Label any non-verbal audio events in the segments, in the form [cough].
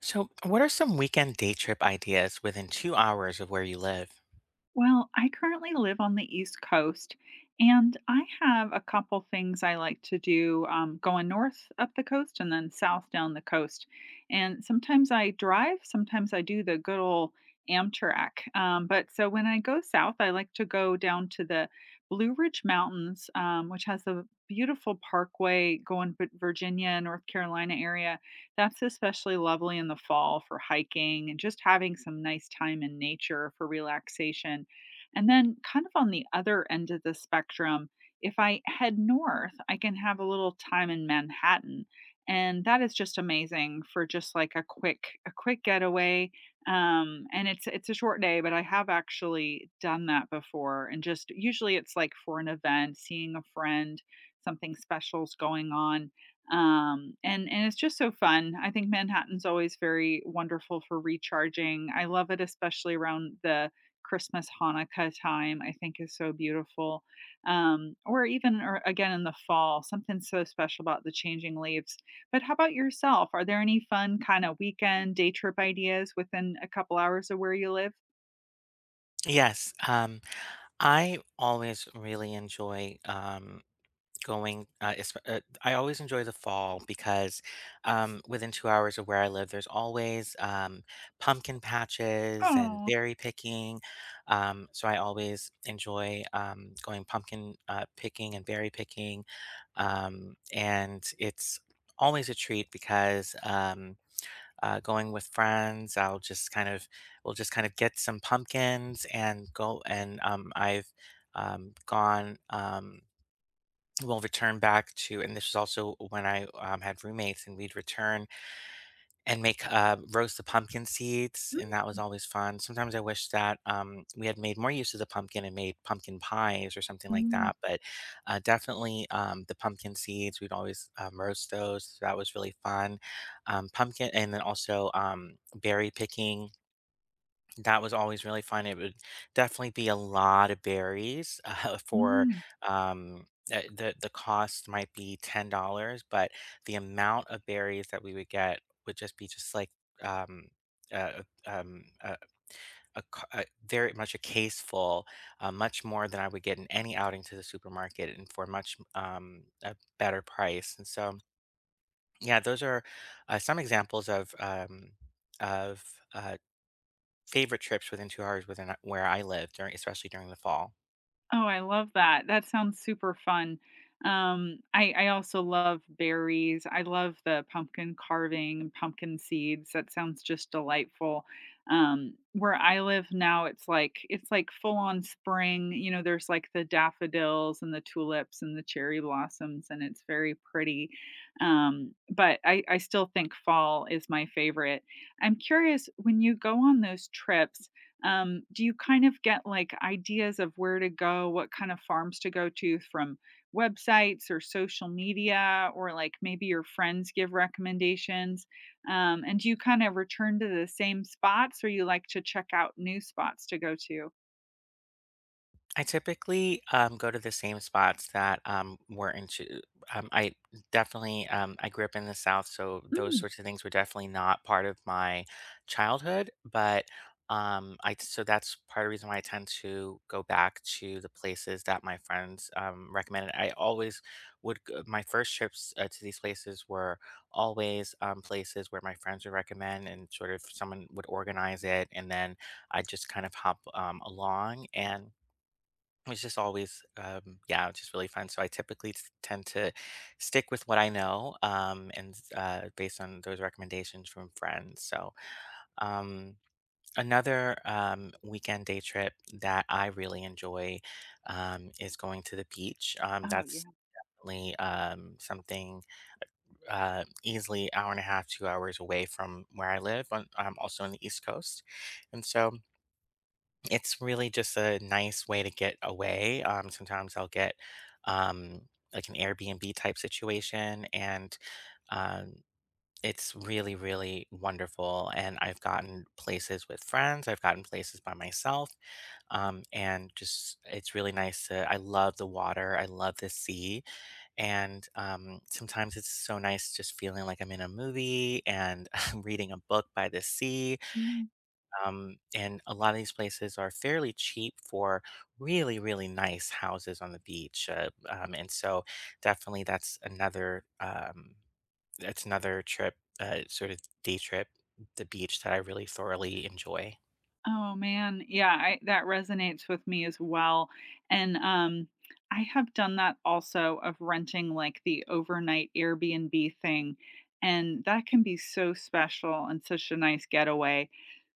So, what are some weekend day trip ideas within two hours of where you live? Well, I currently live on the East Coast, and I have a couple things I like to do, going north up the coast and then south down the coast. And sometimes I drive, sometimes I do the good old Amtrak. But so when I go south, I like to go down to the Blue Ridge Mountains, which has a beautiful parkway going to Virginia, North Carolina area. That's especially lovely in the fall for hiking and just having some nice time in nature for relaxation, and then, kind of on the other end of the spectrum, if I head north, I can have a little time in Manhattan. And that is just amazing for just like a quick getaway. And it's a short day, but I have actually done that before. And just usually it's like for an event, seeing a friend, something special's going on. And it's just so fun. I think Manhattan's always very wonderful for recharging. I love it, especially around the Christmas, Hanukkah time, I think is so beautiful. Or again in the fall, something so special about the changing leaves. But how about yourself? Are there any fun kind of weekend day trip ideas within a couple hours of where you live? Yes, I always really enjoy I always enjoy the fall because within two hours of where I live, there's always pumpkin patches and Oh. berry picking. So I always enjoy going pumpkin picking and berry picking, and it's always a treat because going with friends. I'll just kind of we'll just kind of get some pumpkins and go, and I've gone. We'll return back to, and this is also when I had roommates, and we'd return and roast the pumpkin seeds, Mm, and that was always fun. Sometimes I wish that, we had made more use of the pumpkin and made pumpkin pies or something like mm, that, but definitely, the pumpkin seeds, we'd always, roast those. That was really fun. Pumpkin, and then also, berry picking, that was always really fun. It would definitely be a lot of berries [laughs] for mm. um, the cost might be $10, but the amount of berries that we would get would just be just like um, uh, um, a, a, very much a case full, much more than I would get in any outing to the supermarket, and for much a better price. And so, yeah, those are some examples of of uh, favorite trips within 2 hours within, where I live during, especially during the fall. Oh, I love that. That sounds super fun. I also love berries. I love the pumpkin carving, pumpkin seeds. That sounds just delightful. Where I live now, it's like full on spring. You know, there's like the daffodils and the tulips and the cherry blossoms, and it's very pretty. But I still think fall is my favorite. I'm curious when you go on those trips, do you kind of get like ideas of where to go, what kind of farms to go to from websites or social media, or like maybe your friends give recommendations? And do you kind of return to the same spots or you like to check out new spots to go to? I typically, go to the same spots that, were into I definitely, I grew up in the South, so those Mm. sorts of things were definitely not part of my childhood, but, I so that's part of the reason why I tend to go back to the places that my friends, recommended. I always would g my first trips, to these places were always, places where my friends would recommend, and sort of someone would organize it, and then I just kind of hop, along. And it's just always, yeah, just really fun. So I typically tend to stick with what I know, and based on those recommendations from friends. So, um, another weekend day trip that I really enjoy is going to the beach. Oh, That's yeah. definitely, something easily hour and a half, two hours away from where I live on. I'm also on the East Coast, and so it's really just a nice way to get away. Sometimes I'll get um, like an Airbnb type situation, and um, it's really, really wonderful. And I've gotten places with friends, I've gotten places by myself, and just it's really nice to. I love the water, I love the sea, and sometimes it's so nice just feeling like I'm in a movie and [laughs] I'm reading a book by the sea, Mm. And a lot of these places are fairly cheap for really, really nice houses on the beach. And so definitely that's another, that's another trip, sort of day trip, the beach, that I really thoroughly enjoy. Oh man, yeah, I, that resonates with me as well. And I have done that also of renting like the overnight Airbnb thing, and that can be so special and such a nice getaway.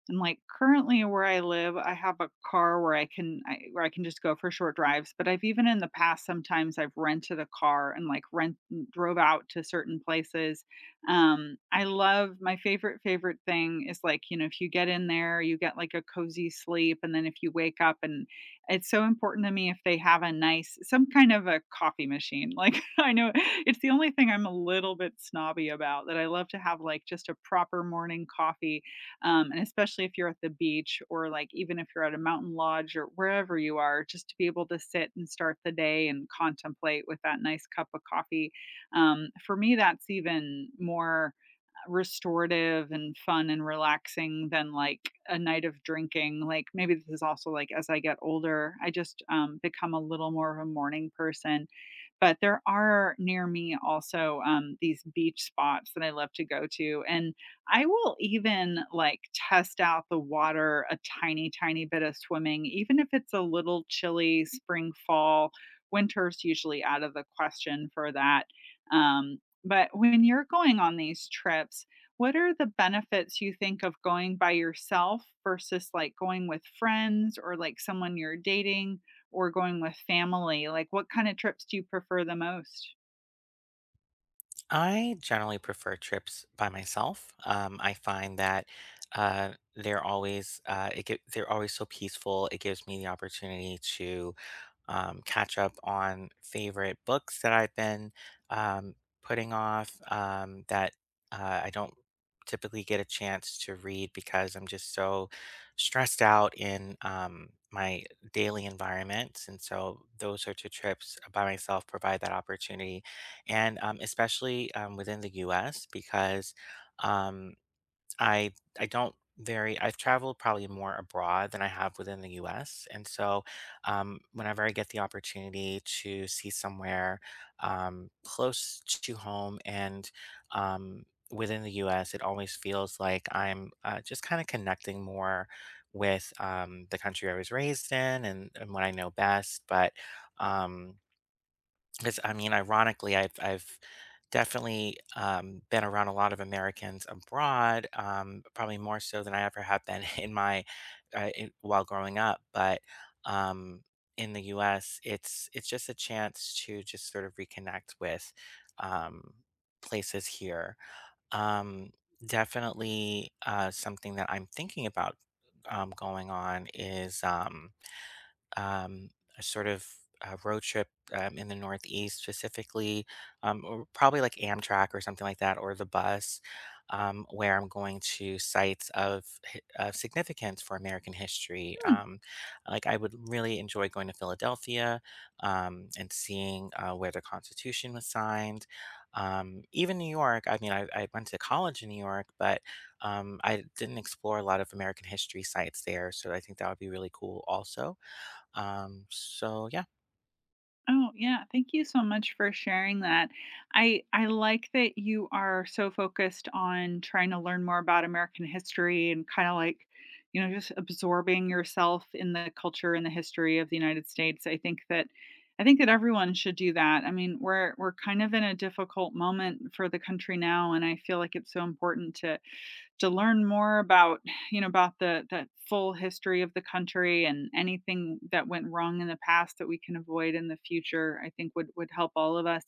And, like, currently where I live, I have a car where I can just go for short drives, but I've even in the past, sometimes I've rented a car and, like, rent drove out to certain places. I love my favorite, favorite thing is, like, you know, if you get in there, you get, like, a cozy sleep, and then if you wake up and it's so important to me if they have a nice some kind of a coffee machine, like, [laughs] I know it's the only thing I'm a little bit snobby about that I love to have, like, just a proper morning coffee, and especially if you're at the beach or like even if you're at a mountain lodge or wherever you are, just to be able to sit and start the day and contemplate with that nice cup of coffee. For me, that's even more restorative and fun and relaxing than like a night of drinking. Like maybe this is also like as I get older, I just become a little more of a morning person. But there are near me also these beach spots that I love to go to. And I will even like test out the water a tiny, tiny bit of swimming, even if it's a little chilly spring, fall. Winter's usually out of the question for that. Um, but when you're going on these trips, what are the benefits you think of going by yourself versus like going with friends or like someone you're dating or going with family? Like, what kind of trips do you prefer the most? I generally prefer trips by myself. I find that they're always so peaceful. It gives me the opportunity to catch up on favorite books that I've been um, putting off , that I don't typically get a chance to read because I'm just so stressed out in my daily environments. And so those sorts of trips by myself provide that opportunity, and especially within the U.S., because um, I I don't very I've traveled probably more abroad than I have within the U.S. And so, whenever I get the opportunity to see somewhere close to home and um, within the U.S., it always feels like I'm just kind of connecting more with the country I was raised in, and what I know best. But um, because, I mean, ironically, I've definitely been around a lot of Americans abroad, probably more so than I ever have been [laughs] in my while growing up. But um, in the U.S., it's just a chance to just sort of reconnect with um, places here. Um, Definitely something that I'm thinking about going on is. Um, a sort of road trip in the Northeast specifically, or probably like Amtrak or something like that, or the bus, where I'm going to sites of, of significance for American history. Like, I would really enjoy going to Philadelphia and seeing where the Constitution was signed. Even New York. I mean, I went to college in New York, but I didn't explore a lot of American history sites there. So I think that would be really cool also. So yeah. Oh, yeah. Thank you so much for sharing that. I like that you are so focused on trying to learn more about American history and kind of like, you know, just absorbing yourself in the culture and the history of the United States. I think that everyone should do that. I mean, we're kind of in a difficult moment for the country now, and I feel like it's so important to learn more about, you know, about the full history of the country, and anything that went wrong in the past that we can avoid in the future, I think would help all of us.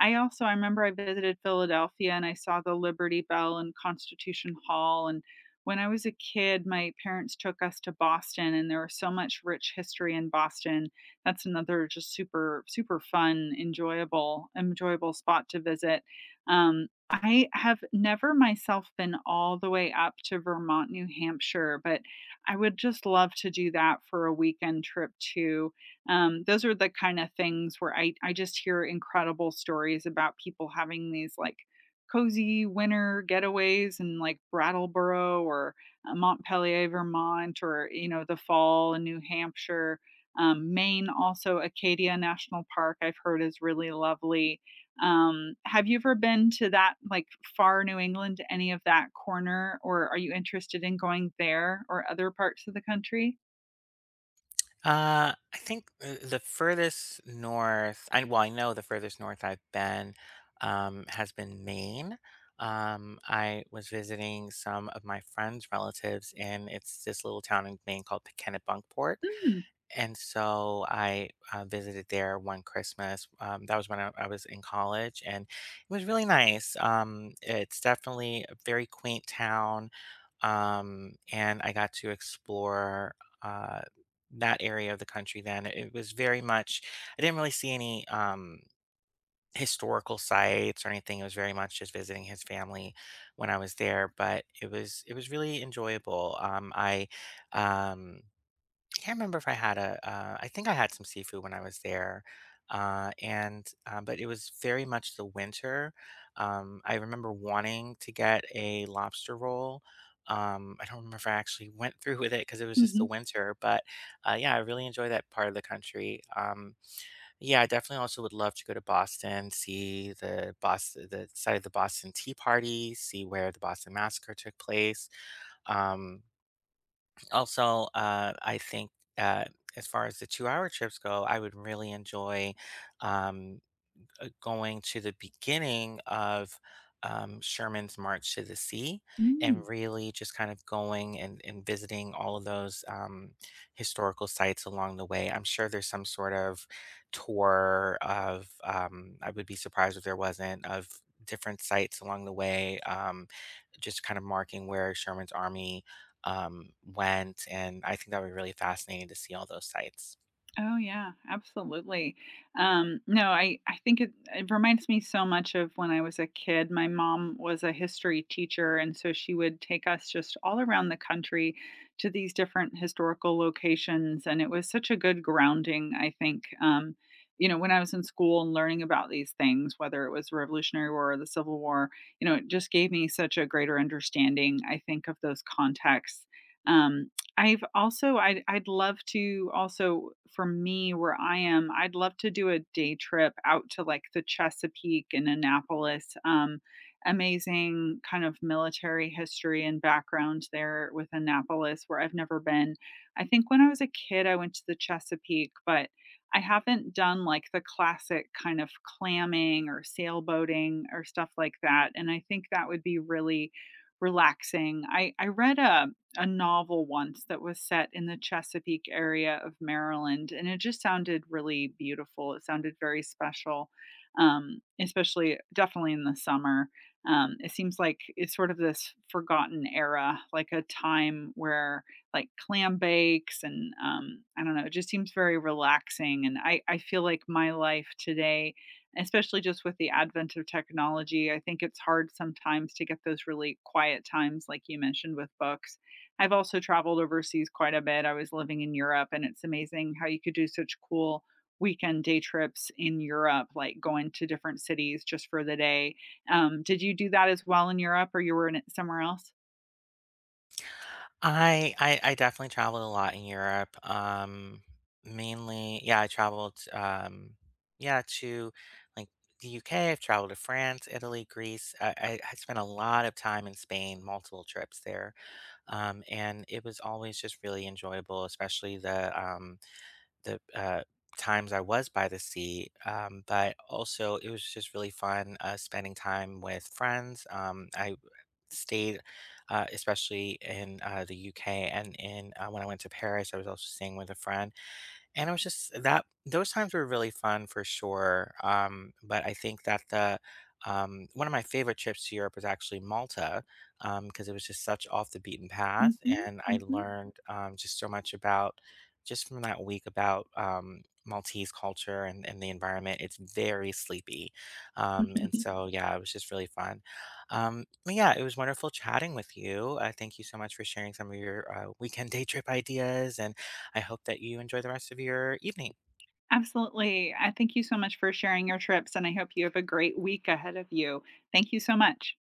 I remember I visited Philadelphia and I saw the Liberty Bell and Constitution Hall, and when I was a kid, my parents took us to Boston and there was so much rich history in Boston. That's another just super super fun, enjoyable enjoyable spot to visit. Um, I have never myself been all the way up to Vermont, New Hampshire, but I would just love to do that for a weekend trip too. Those are the kind of things where I just hear incredible stories about people having these like cozy winter getaways in like Brattleboro or Montpelier, Vermont, or, you know, the fall in New Hampshire. Maine, also Acadia National Park, I've heard is really lovely, have you ever been to that, like, far New England, any of that corner, or are you interested in going there or other parts of the country? I think the furthest north, I well, I know the furthest north I've been has been Maine. I was visiting some of my friends' relatives, and it's this little town in Maine called Kennebunkport. Mm, And so I visited there one Christmas. That was when I was in college, and it was really nice. It's definitely a very quaint town, and I got to explore uh, that area of the country. Then it was very much, I didn't really see any historical sites or anything. It was very much just visiting his family when I was there, but it was really enjoyable. I um, can't remember if I had a, I think I had some seafood when I was there, and but it was very much the winter. I remember wanting to get a lobster roll. I don't remember if I actually [laughs] went through with it, because it was just the mhm, winter. But yeah, I really enjoy that part of the country. Yeah, I definitely also would love to go to Boston, see the Boston, the site of the Boston Tea Party, see where the Boston Massacre took place. Um, also, I think, uh, as far as the two-hour trips go, I would really enjoy, um going to the beginning of Sherman's March to the Sea, and mm. really just kind of going and, visiting all of those historical sites along the way. I'm sure there's some sort of tour of, I would be surprised if there wasn't, of different sites along the way, just kind of marking where Sherman's army went. And I think that would be really fascinating to see all those sites. Oh yeah, absolutely. No, I think it, it reminds me so much of when I was a kid. My mom was a history teacher, and so she would take us just all around the country to these different historical locations, and it was such a good grounding. I think, you know, when I was in school and learning about these things, whether it was the Revolutionary War or the Civil War, you know, it just gave me such a greater understanding. I think of those contexts. Um, I'd love to also for me, where I am, I'd love to do a day trip out to, like, the Chesapeake and Annapolis, amazing kind of military history and background there with Annapolis, where I've never been. I think when I was a kid, I went to the Chesapeake, but I haven't done, like, the classic kind of clamming or sailboating or stuff like that, and I think that would be really relaxing. I read a novel once that was set in the Chesapeake area of Maryland, and it just sounded really beautiful. It sounded very special, especially definitely in the summer. It seems like it's sort of this forgotten era, like a time where like clam bakes and I don't know, it just seems very relaxing. And I feel like my life today, especially just with the advent of technology, I think it's hard sometimes to get those really quiet times, like you mentioned with books. I've also traveled overseas quite a bit. I was living in Europe, and it's amazing how you could do such cool weekend day trips in Europe, like going to different cities just for the day. Did you do that as well in Europe, or you were in it somewhere else? I definitely traveled a lot in Europe. Mainly, to, like, the UK. I've traveled to France, Italy, Greece. I spent a lot of time in Spain, multiple trips there. And it was always just really enjoyable, especially the the uh, times I was by the sea, but also it was just really fun spending time with friends. I stayed, especially in, the UK, and in, when I went to Paris, I was also staying with a friend, and it was just that those times were really fun for sure. But I think that the, one of my favorite trips to Europe was actually Malta, because it was just such off the beaten path, Mhm, and I mhm. learned, just so much about, just from that week, about Maltese culture, and, the environment. It's very sleepy, and [laughs] so yeah, it was just really fun. But yeah, it was wonderful chatting with you. Thank you so much for sharing some of your weekend [laughs] day trip ideas, and I hope that you enjoy the rest of your evening. Absolutely. I thank you so much for sharing your trips, and I hope you have a great week ahead of you. Thank you so much.